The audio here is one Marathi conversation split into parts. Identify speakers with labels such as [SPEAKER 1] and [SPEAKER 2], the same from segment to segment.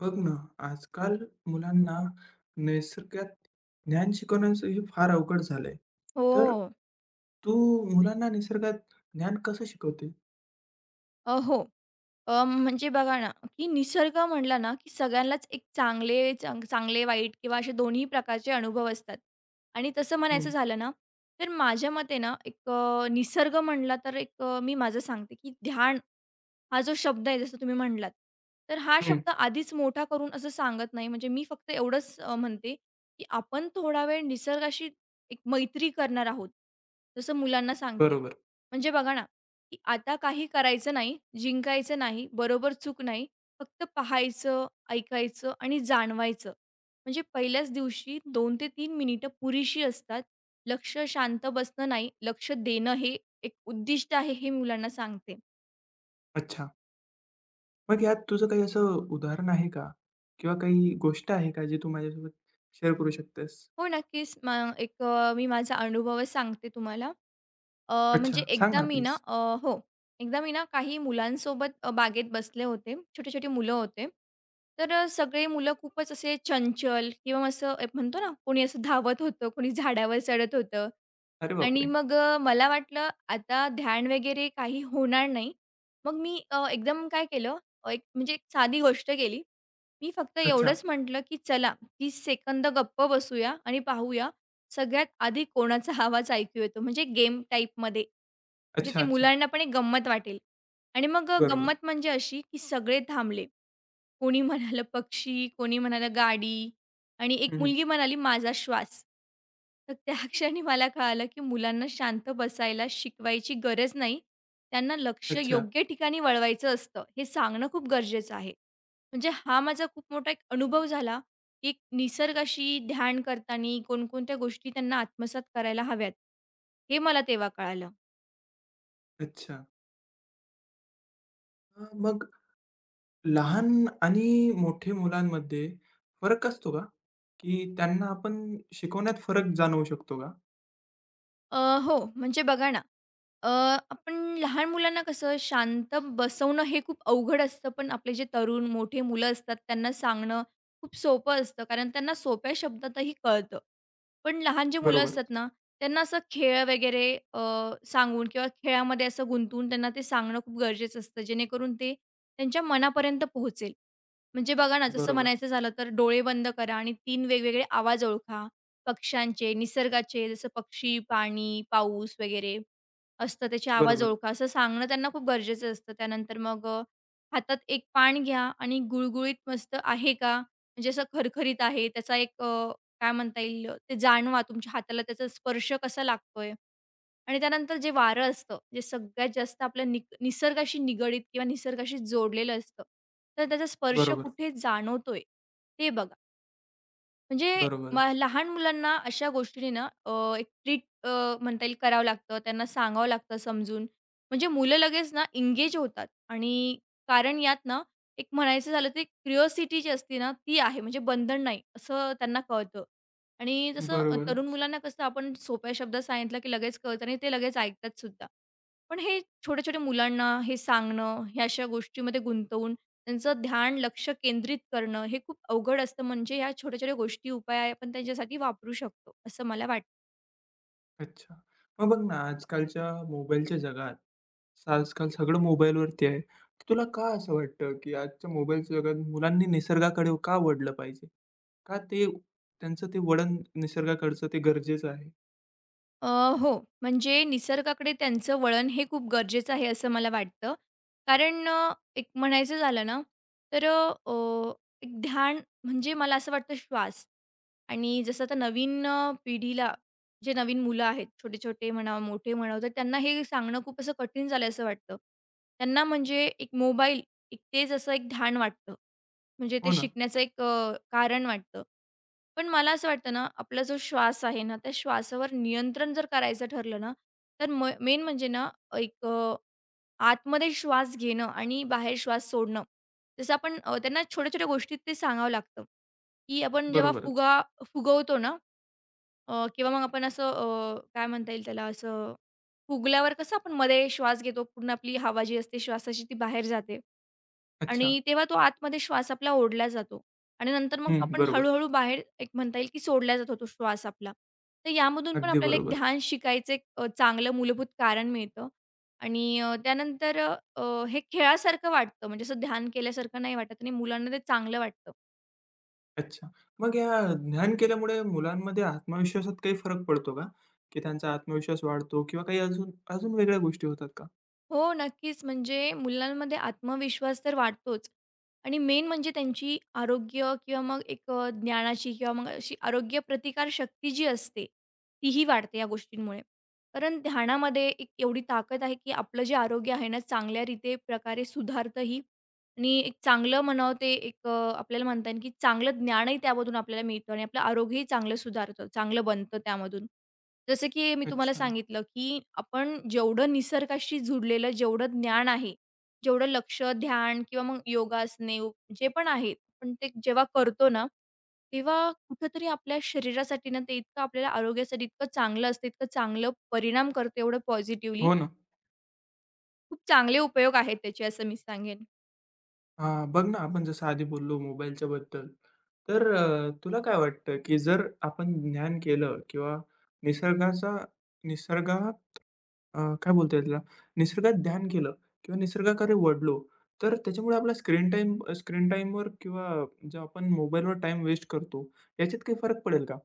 [SPEAKER 1] बघ ना, आजकाल मुलांना निसर्गात ज्ञान शिकवण्याचं हे फार अवघड झालंय.
[SPEAKER 2] हो.
[SPEAKER 1] तर तू मुलांना निसर्गात ज्ञान कसं शिकवते?
[SPEAKER 2] हो. म्हणजे बघा ना, की निसर्ग म्हटला ना, की सगळ्यांनाच एक चांगले-वाईट किंवा असे दोन्ही प्रकारचे अनुभव असतात. आणि तसं म्हणायचं
[SPEAKER 1] हं,
[SPEAKER 2] झालं ना, तर माझ्या मते ना, एक निसर्ग म्हटला तर एक मी माझं सांगते, की ध्यान हा जो शब्द आहे जसं तुम्ही म्हणालात, तर हा
[SPEAKER 1] हं,
[SPEAKER 2] शब्द आधीच मोठा करून असं सांगत नाही. म्हणजे मी फक्त एवढंच म्हणते, की आपण थोडा वेळ निसर्गाशी एक मैत्री करणार आहोत. जसं मुलांना सांगते.
[SPEAKER 1] बरोबर.
[SPEAKER 2] म्हणजे बघा ना, की आता काही करायचं नाही, जिंकायचं नाही, बरोबर चूक नाही. फक्त पाहायचं, ऐकायचं आणि जाणवायचं. म्हणजे पहिल्याच दिवशी 2 ते 3 मिनिटं पुरेशी असतात. लक्ष शांत बसणं नाही, लक्ष देणं हे एक उद्दिष्ट आहे, हे मुलांना सांगते.
[SPEAKER 1] अच्छा. मग यात तुझं काही असं उदाहरण आहे का? किंवा काही गोष्ट आहे का जी तू माझ्यासोबत शेअर करू शकतेस?
[SPEAKER 2] हो, नक्कीच. मग एक मी माझा अनुभवच सांगते तुम्हाला. म्हणजे
[SPEAKER 1] अच्छा, सांग
[SPEAKER 2] एकदा
[SPEAKER 1] ना
[SPEAKER 2] मी ना
[SPEAKER 1] प्लीज.
[SPEAKER 2] अ, हो, एकदा मी ना काही मुलांसोबत बागेत बसले होते. छोटे-छोटे मुलं होते. तर सगळे मुलं खूपच असे चंचल किंवा असं एक म्हणतो ना, कोणी असं धावत होतं, कोणी झाडावर चढत होतं,
[SPEAKER 1] अरे
[SPEAKER 2] आणि
[SPEAKER 1] बापरे!
[SPEAKER 2] मग मला वाटलं आता ध्यान वगैरे काही होणार नाही. मग मी एकदम काय केलं, एक म्हणजे एक साधी गोष्ट केली. मी फक्त
[SPEAKER 1] अच्छा,
[SPEAKER 2] एवढंच म्हटलं, की "चला 30 सेकंद गप्प बसूया आणि पाहूया, सगळ्यात आधी कोणाचा आवाज ऐकू येतो." म्हणजे गेम टाईपमध्ये. म्हणजे ते
[SPEAKER 1] अच्छा, अच्छा.
[SPEAKER 2] मुलांना पण एक गंमत वाटेल. आणि मग
[SPEAKER 1] बरोबर.
[SPEAKER 2] गंमत म्हणजे अशी, की सगळे थांबले. कोणी म्हणालं पक्षी, कोणी म्हणालं गाडी आणि एक
[SPEAKER 1] हं, हं.
[SPEAKER 2] मुलगी म्हणाली माझा श्वास. तर त्या क्षणी मला कळालं, की मुलांना शांत बसायला शिकवायची गरज नाही. त्यांना लक्ष
[SPEAKER 1] अच्छा,
[SPEAKER 2] योग्य ठिकाणी वळवायचं असतं, हे सांगणं खूप गरजेचं आहे. म्हणजे हा माझा खूप मोठा एक अनुभव झाला, की निसर्गाशी ध्यान करताना कोणकोणत्या गोष्टी त्यांना आत्मसात करायला हव्यात, हे मला तेव्हा कळालं.
[SPEAKER 1] अच्छा. मग लहान आणि मोठे मुलांमध्ये फरक असतो का? की त्यांना आपण शिकवण्यात फरक जाणवू शकतो का?
[SPEAKER 2] अ, हो, म्हणजे बघा ना, अ, आपण लहान मुलांना कसं शांत बसवणं हे खूप अवघड असतं, पण आपले जे तरुण, मोठे मुलं असतात त्यांना सांगणं खूप सोपं असतं, कारण त्यांना सोप्या शब्दातही कळतं. पण लहान जी मुलं
[SPEAKER 1] बरोबर,
[SPEAKER 2] असतात ना, त्यांना असं खेळ वगैरे अ, सांगून किंवा खेळामध्ये असं गुंतवून त्यांना ते सांगणं खूप गरजेचं असतं, जेणेकरून ते त्यांच्या मनापर्यंत पोहोचेल. म्हणजे बघा ना, जसं
[SPEAKER 1] बरोबर,
[SPEAKER 2] म्हणायचं झालं तर डोळे बंद करा आणि 3 वेगवेगळे आवाज ओळखा. पक्ष्यांचे, निसर्गाचे जसं पक्षी, पाणी, पाऊस वगैरे असतं, त्याचे आवाज
[SPEAKER 1] बरोबर,
[SPEAKER 2] ओळखा असं सांगणं त्यांना खूप गरजेचं असतं. त्यानंतर मग हातात एक पान घ्या आणि गुळगुळीत मस्त आहे का? म्हणजे असं खरखरीत आहे, त्याचा एक काय म्हणता येईल ते जाणवा तुमच्या हाताला त्याचा स्पर्श कसा लागतोय आणि त्यानंतर जे वारं असतं, जे सगळ्यात जास्त आपल्या निसर्गाशी निगडीत किंवा निसर्गाशी जोडलेलं असतं, तर त्याचा स्पर्श
[SPEAKER 1] बरोबर,
[SPEAKER 2] कुठे जाणवतोय ते बघा. म्हणजे
[SPEAKER 1] बरोबरच,
[SPEAKER 2] लहान मुलांना अशा गोष्टीने ना एक ट्रीट म्हणता येईल करावं लागतं. त्यांना सांगावं लागतं समजून. म्हणजे मुलं लगेच ना एंगेज होतात आणि कारण यात ना एक म्हणायचं झालं ते क्युरिओसिटी जी असते ना ती आहे. म्हणजे बंधन नाही असं त्यांना कळतं. आणि जसं तरुण
[SPEAKER 1] बरोबरच.
[SPEAKER 2] मुलांना कसं आपण सोप्या शब्दात सांगितलं की लगेच कळतं आणि ते लगेच ऐकतात सुद्धा. पण हे छोट्या-छोट्या मुलांना हे सांगणं, ह्या अशा गोष्टीमध्ये गुंतवून त्यांचं ध्यान, लक्ष केंद्रित करणं हे खूप अवघड असतं. म्हणजे ह्या छोट्या-छोट्या गोष्टी, उपाय आपण त्यांच्यासाठी वापरू शकतो, असं मला वाटतं.
[SPEAKER 1] अच्छा. मग बघ ना, आजकालच्या मोबाईलच्या जगात, आजकाल सगळं मोबाईलवरती आहे. तर तुला का असं वाटतं, की आजच्या मोबाईलच्या जगात मुलांनी निसर्गाकडे का वळलं पाहिजे? का ते त्यांचं ते वळण निसर्गाकडचं ते गरजेचं आहे?
[SPEAKER 2] अ, हो, म्हणजे निसर्गाकडे त्यांचं वळण हे खूप गरजेचं आहे, असं मला वाटतं. कारण एक म्हणायचं झालं ना, तर एक ध्यान म्हणजे मला असं वाटतं श्वास. आणि जसं आता नवीन पिढीला जे नवीन मुलं आहेत, छोटे-छोटे म्हणा, मोठे म्हणा, तर त्यांना हे सांगणं खूप असं कठीण झालं असं वाटतं. त्यांना म्हणजे एक मोबाईल एक तेच असं एक ढाण वाटतं. म्हणजे ते
[SPEAKER 1] हो ना,
[SPEAKER 2] शिकण्याचं एक कारण वाटतं. पण मला असं वाटतं ना, आपला जो श्वास आहे ना, त्या श्वासावर नियंत्रण जर करायचं ठरलं ना, तर मेन म्हणजे ना, एक आतमध्ये श्वास घेणं आणि बाहेर श्वास सोडणं. जसं आपण त्यांना छोट्या-छोट्या गोष्टीत ते सांगावं लागतं, की आपण जेव्हा
[SPEAKER 1] बरोबरच.
[SPEAKER 2] फुगा फुगवतो ना किंवा मग आपण असं काय म्हणता येईल त्याला असं फुगल्यावर कसं आपण मध्ये श्वास घेतो, पूर्ण आपली हवा जी असते श्वासाची ती बाहेर जाते.
[SPEAKER 1] अच्छा.
[SPEAKER 2] आणि तेव्हा तो आतमध्ये श्वास आपला ओढला जातो आणि नंतर मग
[SPEAKER 1] हं,
[SPEAKER 2] आपण
[SPEAKER 1] बरोबर.
[SPEAKER 2] हळू-हळू बाहेर एक म्हणता येईल, की सोडला जातो तो श्वास आपला. तर यामधून पण
[SPEAKER 1] अगदी
[SPEAKER 2] आपल्याला एक
[SPEAKER 1] बरोबर.
[SPEAKER 2] ध्यान शिकायचं एक चांगलं मूलभूत कारण मिळतं आणि अ, हे खेळासारखं वाटतं म्हणजे असं ध्यान केल्यासारखं नाही वाटत आणि मुलांना ते चांगलं वाटतं.
[SPEAKER 1] अच्छा. मग या ध्यान केल्यामुळे मुलांमध्ये आत्मविश्वासात काही फरक पडतो का? की त्यांचा आत्मविश्वास वाढतो किंवा काही अजून अजून वेगळ्या गोष्टी होतात का?
[SPEAKER 2] हो, नक्कीच. म्हणजे मुलांमध्ये आत्मविश्वास तर वाढतोच आणि मेन म्हणजे त्यांची आरोग्य किंवा मग एक ज्ञानाची किंवा मग अशी आरोग्य प्रतिकारशक्ती जी असते, तीही वाढते या गोष्टींमुळे. कारण ध्यानामध्ये एक एवढी ताकद आहे, की आपलं जे आरोग्य आहे ना, चांगल्या रीते प्रकारे सुधारतंही आणि एक चांगलं म्हणावं ते एक आपल्याला म्हणता येईल, की चांगलं ज्ञानही त्यामधून आपल्याला मिळतं आणि आपलं आरोग्यही चांगलं सुधारतं, चांगलं बनतं त्यामधून. जसं की मी तुम्हाला
[SPEAKER 1] अच्छा.
[SPEAKER 2] सांगितलं, की आपण जेवढं निसर्गाशी जुडलेलं जेवढं ज्ञान आहे, जेवढं लक्ष, ध्यान किंवा मग जे पण आहेत, पण ते जेव्हा करतो ना, तेव्हा कुठेतरी आपल्या शरीरासाठी ना, ते इतकं आपल्याला आरोग्यासाठी इतकं चांगलं असतं, इतकं चांगलं परिणाम करतं एवढं पॉझिटिव्हली.
[SPEAKER 1] हो ना.
[SPEAKER 2] खूप चांगले उपयोग आहेत त्याचे असं मी सांगेन.
[SPEAKER 1] हां, बघ ना आपण जसं आधी बोललो मोबाईलच्या बद्दल. तर तुला काय वाटतं की जर आपण ध्यान केलं किंवा निसर्गाचा निसर्गात काय बोलता येईल त्याला? निसर्गात ध्यान केलं किंवा निसर्गाकडे वळलो, तर त्याच्यामुळे आपला स्क्रीन टाईमवर किंवा जो आपण मोबाईलवर टाईम वेस्ट करतो, याच्यात काही फरक पडेल का?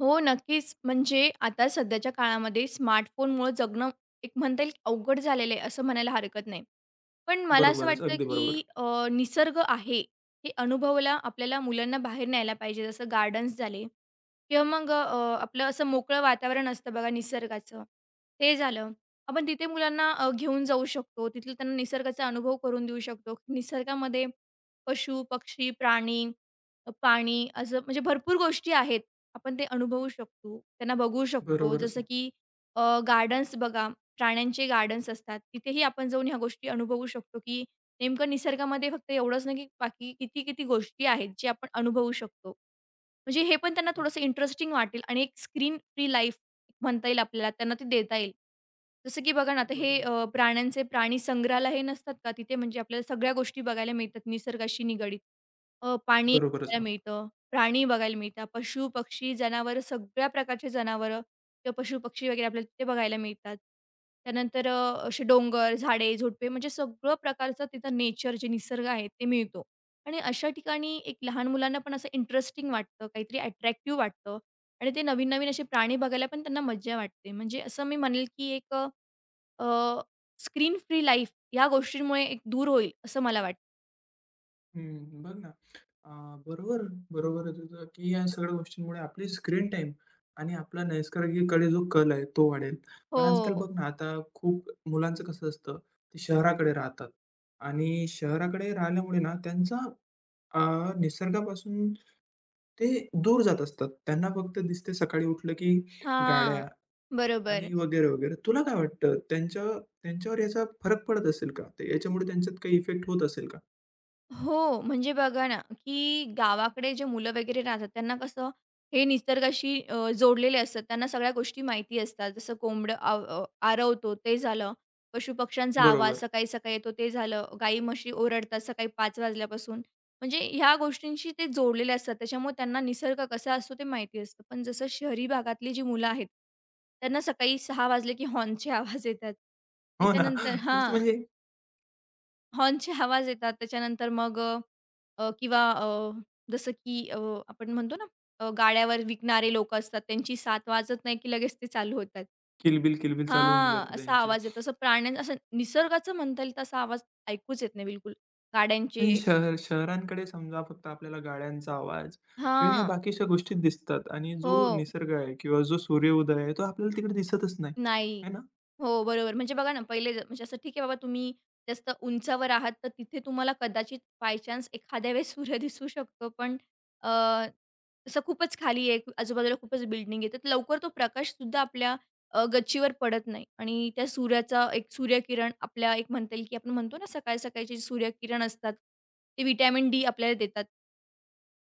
[SPEAKER 2] हो, नक्कीच. म्हणजे आता सध्याच्या काळामध्ये स्मार्टफोनमुळं जगणं एक म्हणता येईल अवघड झालेलं आहे असं म्हणायला हरकत नाही. पण मला असं
[SPEAKER 1] बरोबरच.
[SPEAKER 2] वाटतं,
[SPEAKER 1] अगदी बरोबर.
[SPEAKER 2] की निसर्ग आहे हे अनुभवायला आपल्याला मुलांना बाहेर न्यायला पाहिजे. जसं गार्डन्स झाले. किंवा मग आपलं असं मोकळं वातावरण असतं बघा निसर्गाचं, ते झालं. आपण तिथे मुलांना घेऊन जाऊ शकतो. तिथलं त्यांना निसर्गाचा अनुभव करून देऊ शकतो. निसर्गामध्ये पशु, पक्षी, प्राणी, पाणी असं म्हणजे भरपूर गोष्टी आहेत. आपण ते अनुभवू शकतो, त्यांना बघू शकतो.
[SPEAKER 1] बरोबरच
[SPEAKER 2] जसं
[SPEAKER 1] ना.
[SPEAKER 2] की गार्डन्स बघा, प्राण्यांचे गार्डन्स असतात. तिथेही आपण जाऊन ह्या गोष्टी अनुभवू शकतो, की नेमकं निसर्गामध्ये फक्त एवढंच नाही, की बाकी किती-किती गोष्टी आहेत, जे आपण अनुभवू शकतो. म्हणजे हे पण त्यांना
[SPEAKER 1] बरो
[SPEAKER 2] थोडंसं इंटरेस्टिंग वाटेल आणि एक स्क्रीन फ्री लाईफ म्हणता येईल आपल्याला, त्यांना ते देता येईल. जसं की बघा ना, आता हे
[SPEAKER 1] बरोबर.
[SPEAKER 2] प्राण्यांचे प्राणी संग्रहालय हे नसतात का, तिथे म्हणजे आपल्याला सगळ्या गोष्टी बघायला मिळतात निसर्गाशी निगडीत. पाणी
[SPEAKER 1] बरोबरच
[SPEAKER 2] बघायला
[SPEAKER 1] ना.
[SPEAKER 2] मिळतं, प्राणी बघायला मिळतात, पशु-पक्षी, जनावरं, सगळ्या प्रकारचे जनावरं किंवा पशु-पक्षी वगैरे आपल्याला तिथे बघायला मिळतात. त्यानंतर असे डोंगर, झाडे, झुडपे म्हणजे सगळं प्रकारचं तिथं नेचर जे निसर्ग आहे ते मिळतो. आणि अशा ठिकाणी एक लहान मुलांना पण असं इंटरेस्टिंग वाटतं, काहीतरी अट्रॅक्टिव्ह वाटतं आणि ते नवीन-नवीन असे प्राणी बघायला पण त्यांना मज्जा वाटते. म्हणजे असं मी म्हणेल, की एक स्क्रीन फ्री लाईफ या गोष्टींमुळे एक दूर होईल असं मला वाटतं.
[SPEAKER 1] हं, बघ ना, अ, बरोबर, बरोबर आहे तुझं, की या सगळ्या गोष्टींमुळे आपली स्क्रीन टाईम आणि आपला नैसर्गिककडे जो कल आहे तो वाढेल. पण
[SPEAKER 2] हो.
[SPEAKER 1] आजकाल बघ ना, आता खूप मुलांचं कसं असतं, ते शहराकडे राहतात आणि शहराकडे राहिल्यामुळे ना त्यांचा अ, निसर्गापासून ते दूर जात असतात. त्यांना फक्त दिसते सकाळी उठलं की
[SPEAKER 2] हां.
[SPEAKER 1] गाड्या आणि
[SPEAKER 2] बरोबर.
[SPEAKER 1] वगैरे, वगैरे. तुला काय वाटतं त्यांच्यावर याचा फरक पडत असेल का? ते याच्यामुळे त्यांच्यात काही इफेक्ट होत असेल का?
[SPEAKER 2] हो, म्हणजे बघा ना, की गावाकडे जे मुलं वगैरे राहतात, त्यांना कसं हे निसर्गाशी जोडलेले असतात. त्यांना सगळ्या गोष्टी माहिती असतात. जसं आरवतो ते झालं, पशुपक्ष्यांचा आवाज
[SPEAKER 1] बरोबर.
[SPEAKER 2] सकाळी-सकाळी येतो ते झालं, गाई-म्हशी ओरडतात सकाळी 5 वाजल्यापासून. म्हणजे ह्या गोष्टींशी ते जोडलेले असतात. त्याच्यामुळे त्यांना निसर्ग कसा असतो ते माहिती असतं. पण जसं शहरी भागातली जी मुलं आहेत, त्यांना सकाळी 6 वाजले की हॉर्नचे आवाज येतात.
[SPEAKER 1] हो ना.
[SPEAKER 2] त्याच्यानंतर
[SPEAKER 1] नुसतं
[SPEAKER 2] हां.
[SPEAKER 1] म्हणजे
[SPEAKER 2] हॉर्नचे आवाज येतात. त्याच्यानंतर मग अ, अ, किंवा अ, जसं की अ, आपण म्हणतो ना, गाड्यावर विकणारे लोकं असतात, त्यांची साथ वाजत नाही की लगेच ते चालू होतात.
[SPEAKER 1] किलबिल, किलबिल चालू होऊन
[SPEAKER 2] हां,
[SPEAKER 1] जाते
[SPEAKER 2] असा
[SPEAKER 1] त्यांची.
[SPEAKER 2] आवाज येतो. असं प्राण्यांचा असं निसर्गाचं म्हणता येईल तसा आवाज ऐकूच येत नाही बिलकुल.
[SPEAKER 1] म्हणजे
[SPEAKER 2] गाड्यांचे
[SPEAKER 1] शहरांकडे समजा फक्त आपल्याला गाड्यांचा आवाज किंवा ह्या
[SPEAKER 2] हां.
[SPEAKER 1] बाकीच्या गोष्टी दिसतात आणि
[SPEAKER 2] हो.
[SPEAKER 1] जो निसर्ग आहे किंवा जो सूर्योदय आहे तो आपल्याला तिकडे दिसतच नाही.
[SPEAKER 2] नाही.
[SPEAKER 1] आहे ना?
[SPEAKER 2] हो, बरोबर. म्हणजे बघा ना, म्हणजे असं ठीक आहे बाबा तुम्ही जास्त उंचावर आहात, तर तिथे तुम्हाला कदाचित बाय चान्स एखाद्या वेळेस सूर्य दिसू शकतो. पण अ, असं खूपच खाली आहे, आजूबाजूला खूपच बिल्डिंग आहे, तर लवकर तो प्रकाशसुद्धा आपल्या गच्चीवर पडत नाही आणि त्या सूर्याचा एक सूर्यकिरण आपल्या एक म्हणता येईल, की आपण म्हणतो ना सकाळी सकाळचे जे सूर्यकिरण असतात, ते व्हिटॅमिन डी आपल्याला देतात.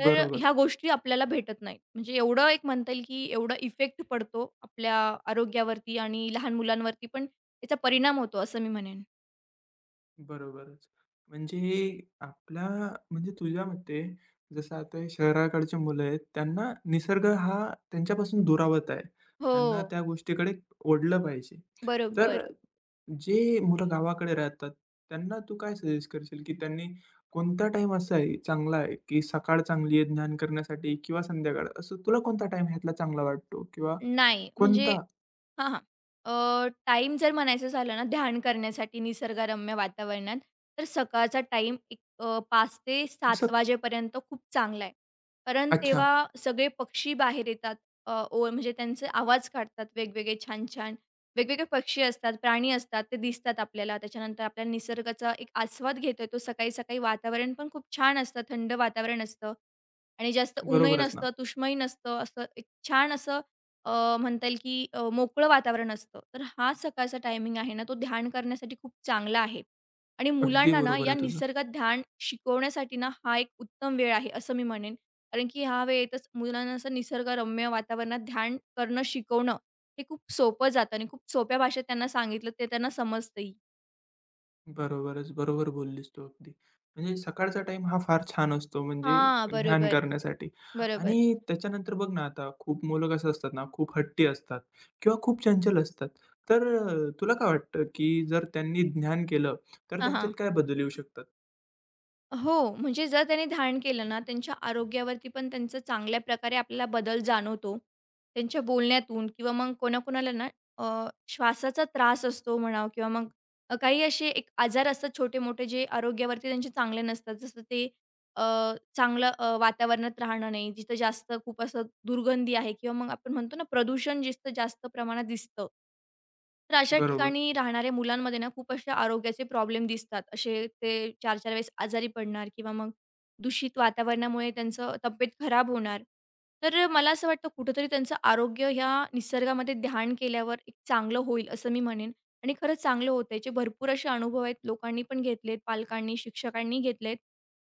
[SPEAKER 2] तर
[SPEAKER 1] बरोबर.
[SPEAKER 2] ह्या गोष्टी आपल्याला भेटत नाहीत. म्हणजे एवढं एक म्हणता येईल, की एवढा इफेक्ट पडतो आपल्या आरोग्यावरती आणि लहान मुलांवरती पण त्याचा परिणाम होतो असं मी म्हणेन.
[SPEAKER 1] बरोबरच. म्हणजे आपल्या म्हणजे तुझ्या मते जसं आता हे शहराकडची मुलं आहेत, त्यांना निसर्ग हा त्यांच्यापासून दुरावत आहे. त्यांना
[SPEAKER 2] हो,
[SPEAKER 1] त्या गोष्टीकडे ओढलं पाहिजे. तर
[SPEAKER 2] बरोबर.
[SPEAKER 1] जे मुलं गावाकडे राहतात, त्यांना तू काय सजेस्ट करशील, की त्यांनी कोणता टाइम असा आहे चांगला आहे, की सकाळ चांगली आहे ध्यान करण्यासाठी किंवा संध्याकाळ असं तुला कोणता टाईम ह्यातला चांगला वाटतो किंवा
[SPEAKER 2] नाही म्हणजे
[SPEAKER 1] कोणता
[SPEAKER 2] हां, हां. टाईम जर म्हणायचं झालं ना, ध्यान करण्यासाठी निसर्गरम्य वातावरणात, तर सकाळचा टाईम एक 5 ते 7
[SPEAKER 1] असं
[SPEAKER 2] वाजेपर्यंत खूप चांगला आहे. कारण
[SPEAKER 1] अच्छा,
[SPEAKER 2] तेव्हा सगळे पक्षी बाहेर येतात. अ, ओळ म्हणजे त्यांचे आवाज काढतात वेगवेगळे छान-छान. वेगवेगळे पक्षी असतात, प्राणी असतात, ते दिसतात आपल्याला. त्याच्यानंतर आपल्याला निसर्गाचा एक आस्वाद घेता येतो. सकाळी-सकाळी वातावरण पण खूप छान असतं, थंड वातावरण असतं आणि जास्त ऊनही
[SPEAKER 1] बरोबरच ना.
[SPEAKER 2] नसतं, उष्मही नसतं. असं एक छान असं म्हणता येईल की मोकळं वातावरण असतं. तर हा सकाळचा टायमिंग आहे ना, तो ध्यान करण्यासाठी खूप चांगला आहे आणि
[SPEAKER 1] अगदी
[SPEAKER 2] मुलांना ना,
[SPEAKER 1] बरोबर
[SPEAKER 2] या
[SPEAKER 1] आहे तुझं.
[SPEAKER 2] निसर्गात ध्यान शिकवण्यासाठी ना, हा एक उत्तम वेळ आहे, असं मी म्हणेन. कारण की ह्या वेळेतच मुलांना असं निसर्गरम्य वातावरणात ध्यान करणं शिकवणं, हे खूप सोपं जातं आणि खूप सोप्या भाषेत त्यांना सांगितलं, ते त्यांना समजतंही.
[SPEAKER 1] बरोबरच, बरोबर बोललीस तू अगदी. म्हणजे सकाळचा टाइम हा फार छान असतो म्हणजे
[SPEAKER 2] हां,
[SPEAKER 1] ध्यान
[SPEAKER 2] बरोबर,
[SPEAKER 1] करण्यासाठी
[SPEAKER 2] बरोबर.
[SPEAKER 1] आणि त्याच्यानंतर बघ ना आता खूप मुलं कसं असतात ना, खूप हट्टी असतात किंवा खूप चंचल असतात. तर तुला काय वाटतं, की जर त्यांनी ध्यान केलं, तर
[SPEAKER 2] हां, हां.
[SPEAKER 1] त्यांच्यात काय बदल येऊ शकतात?
[SPEAKER 2] हो, म्हणजे जर त्यांनी ध्यान केलं ना, त्यांच्या आरोग्यावरती पण त्यांचा चांगल्या प्रकारे आपल्याला बदल जाणवतो. त्यांच्या बोलण्यातून किंवा मग कोणाकोणाला ना अ, श्वासाचा त्रास असतो म्हणा किंवा मग काही असे एक आजार असतात छोटे-मोठे जे आरोग्यावरती त्यांचे चांगले नसतात. जसं ते अ, चांगलं वातावरणात राहणं नाही, जिथं जास्त खूप असं दुर्गंधी आहे किंवा मग आपण म्हणतो ना प्रदूषण जिथं जास्त प्रमाणात दिसतं. तर अशा
[SPEAKER 1] बरोबर,
[SPEAKER 2] ठिकाणी राहणाऱ्या मुलांमध्ये ना खूप असे आरोग्याचे प्रॉब्लेम दिसतात. असे ते 4-4 वेळेस आजारी पडणार किंवा मग दूषित वातावरणामुळे त्यांचं तब्येत खराब होणार. तर मला असं वाटतं कुठेतरी त्यांचं आरोग्य ह्या निसर्गामध्ये ध्यान केल्यावर एक चांगलं होईल असं मी म्हणेन आणि खरंच चांगलं होतं. याचे भरपूर असे अनुभव आहेत. लोकांनी पण घेतलेत, पालकांनी, शिक्षकांनी घेतलेत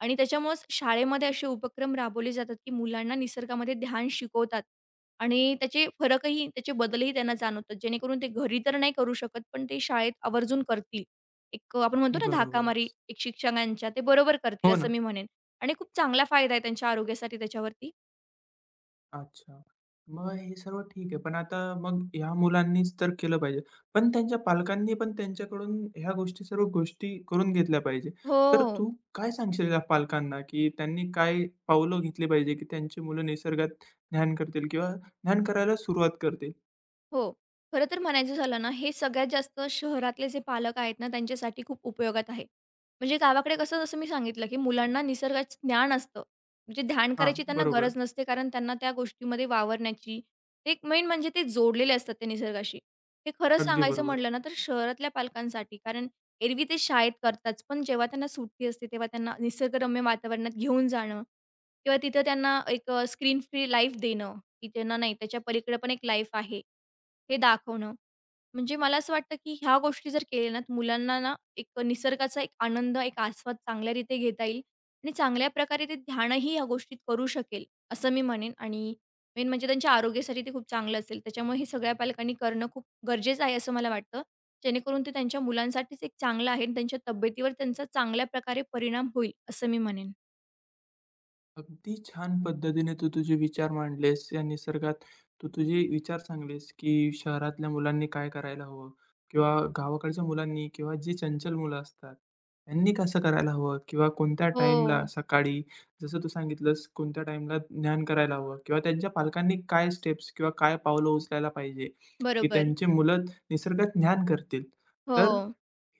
[SPEAKER 2] आणि त्याच्यामुळेच शाळेमध्ये असे उपक्रम राबवले जातात, की मुलांना निसर्गामध्ये ध्यान शिकवतात. आणि त्याचे फरकही त्याचे बदलही त्यांना जाणवतात. जेणेकरून ते घरी तर नाही करू शकत, पण ते शाळेत आवर्जून करतील. एक आपण म्हणतो ना धाकामारी
[SPEAKER 1] बरोबरच.
[SPEAKER 2] एक शिक्षकांच्या, ते बरोबर करतील
[SPEAKER 1] हो
[SPEAKER 2] असं
[SPEAKER 1] ना.
[SPEAKER 2] मी म्हणेन आणि खूप चांगला फायदा आहे त्यांच्या आरोग्यासाठी त्याच्यावरती.
[SPEAKER 1] अच्छा. मग हे सर्व ठीक आहे. पण आता मग ह्या मुलांनीच तर केलं पाहिजे. पण त्यांच्या पालकांनी पण त्यांच्याकडून ह्या गोष्टी सर्व गोष्टी करून घेतल्या पाहिजे.
[SPEAKER 2] हो.
[SPEAKER 1] तर तू काय सांगशील या पालकांना, की त्यांनी काय पावलं घेतली पाहिजे, की त्यांची मुलं निसर्गात ध्यान करतील किंवा ध्यान करायला सुरुवात करतील?
[SPEAKER 2] हो. खरं तर म्हणायचं झालं ना, हे सगळ्यात जास्त शहरातले जे पालक आहेत ना, त्यांच्यासाठी खूप उपयोगात आहे. म्हणजे गावाकडे कसं जसं मी सांगितलं, की मुलांना निसर्गाचं ज्ञान असतं. म्हणजे ध्यान
[SPEAKER 1] हां,
[SPEAKER 2] करायची त्यांना
[SPEAKER 1] बरोबर.
[SPEAKER 2] गरज नसते, कारण त्यांना त्या गोष्टीमध्ये वावरण्याची एक मेन म्हणजे ते जोडलेले असतात त्या निसर्गाशी. हे खरं
[SPEAKER 1] अगदी
[SPEAKER 2] सांगायचं
[SPEAKER 1] बरोबर.
[SPEAKER 2] म्हटलं ना, तर शहरातल्या पालकांसाठी कारण एरवी ते शाळेत करतात, पण जेव्हा त्यांना सुट्टी असते, तेव्हा त्यांना निसर्गरम्य वातावरणात घेऊन जाणं किंवा तिथं त्यांना एक स्क्रीन फ्री लाईफ देणं. की त्यांना नाही, त्याच्या पलीकडे पण एक लाईफ आहे. हे दाखवणं. म्हणजे मला असं वाटतं, की ह्या गोष्टी जर केल्या ना, तर मुलांना ना, एक निसर्गाचा एक आनंद, एक आस्वाद चांगल्यारीत्या घेता येईल आणि चांगल्या प्रकारे ते ध्यानही ह्या गोष्टीत करू शकेल, असं मी म्हणेन आणि मेन म्हणजे त्यांच्या आरोग्यासाठी ते खूप चांगलं असेल. त्याच्यामुळे हे सगळ्या पालकांनी करणं खूप गरजेचं आहे, असं मला वाटतं. जेणेकरून ते त्यांच्या मुलांसाठीच एक चांगलं आहे आणि त्यांच्या तब्येतीवर त्यांचा चांगल्या प्रकारे परिणाम होईल, असं मी म्हणेन.
[SPEAKER 1] अगदी छान पद्धतीने तू तुझे विचार मांडलेस या निसर्गात तू तुझे विचार सांगलेस की शहरातल्या मुलांनी काय करायला हवं किंवा गावाकडच्या मुलांनी किंवा जी चंचल मुलं असतात त्यांनी कसं करायला हवं किंवा कोणत्या
[SPEAKER 2] हो.
[SPEAKER 1] टाईमला सकाळी जसं तू सांगितलंस कोणत्या टाईमला ज्ञान करायला हवं किंवा त्यांच्या पालकांनी काय स्टेप्स किंवा काय पावलं उचलायला पाहिजे की
[SPEAKER 2] बरोबर.
[SPEAKER 1] त्यांची मुलं निसर्गात ज्ञान करतील
[SPEAKER 2] हो.
[SPEAKER 1] तर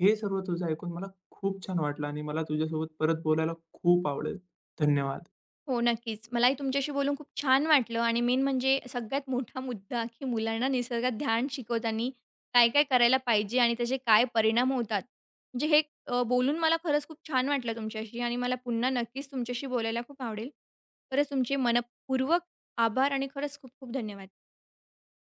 [SPEAKER 1] हे सर्व तुझं ऐकून मला खूप छान वाटलं आणि मला तुझ्यासोबत परत बोलायला खूप आवडेल धन्यवाद
[SPEAKER 2] हो, नक्कीच. मलाही तुमच्याशी बोलून खूप छान वाटलं आणि मेन म्हणजे सगळ्यात मोठा मुद्दा, की मुलांना निसर्गात ध्यान शिकवताना काय-काय करायला पाहिजे आणि त्याचे काय परिणाम होतात. म्हणजे हे बोलून मला खरंच खूप छान वाटलं तुमच्याशी आणि मला पुन्हा नक्कीच तुमच्याशी बोलायला खूप आवडेल. खरंच तुमचे मनःपूर्वक आभार आणि खरंच खूप खूप धन्यवाद.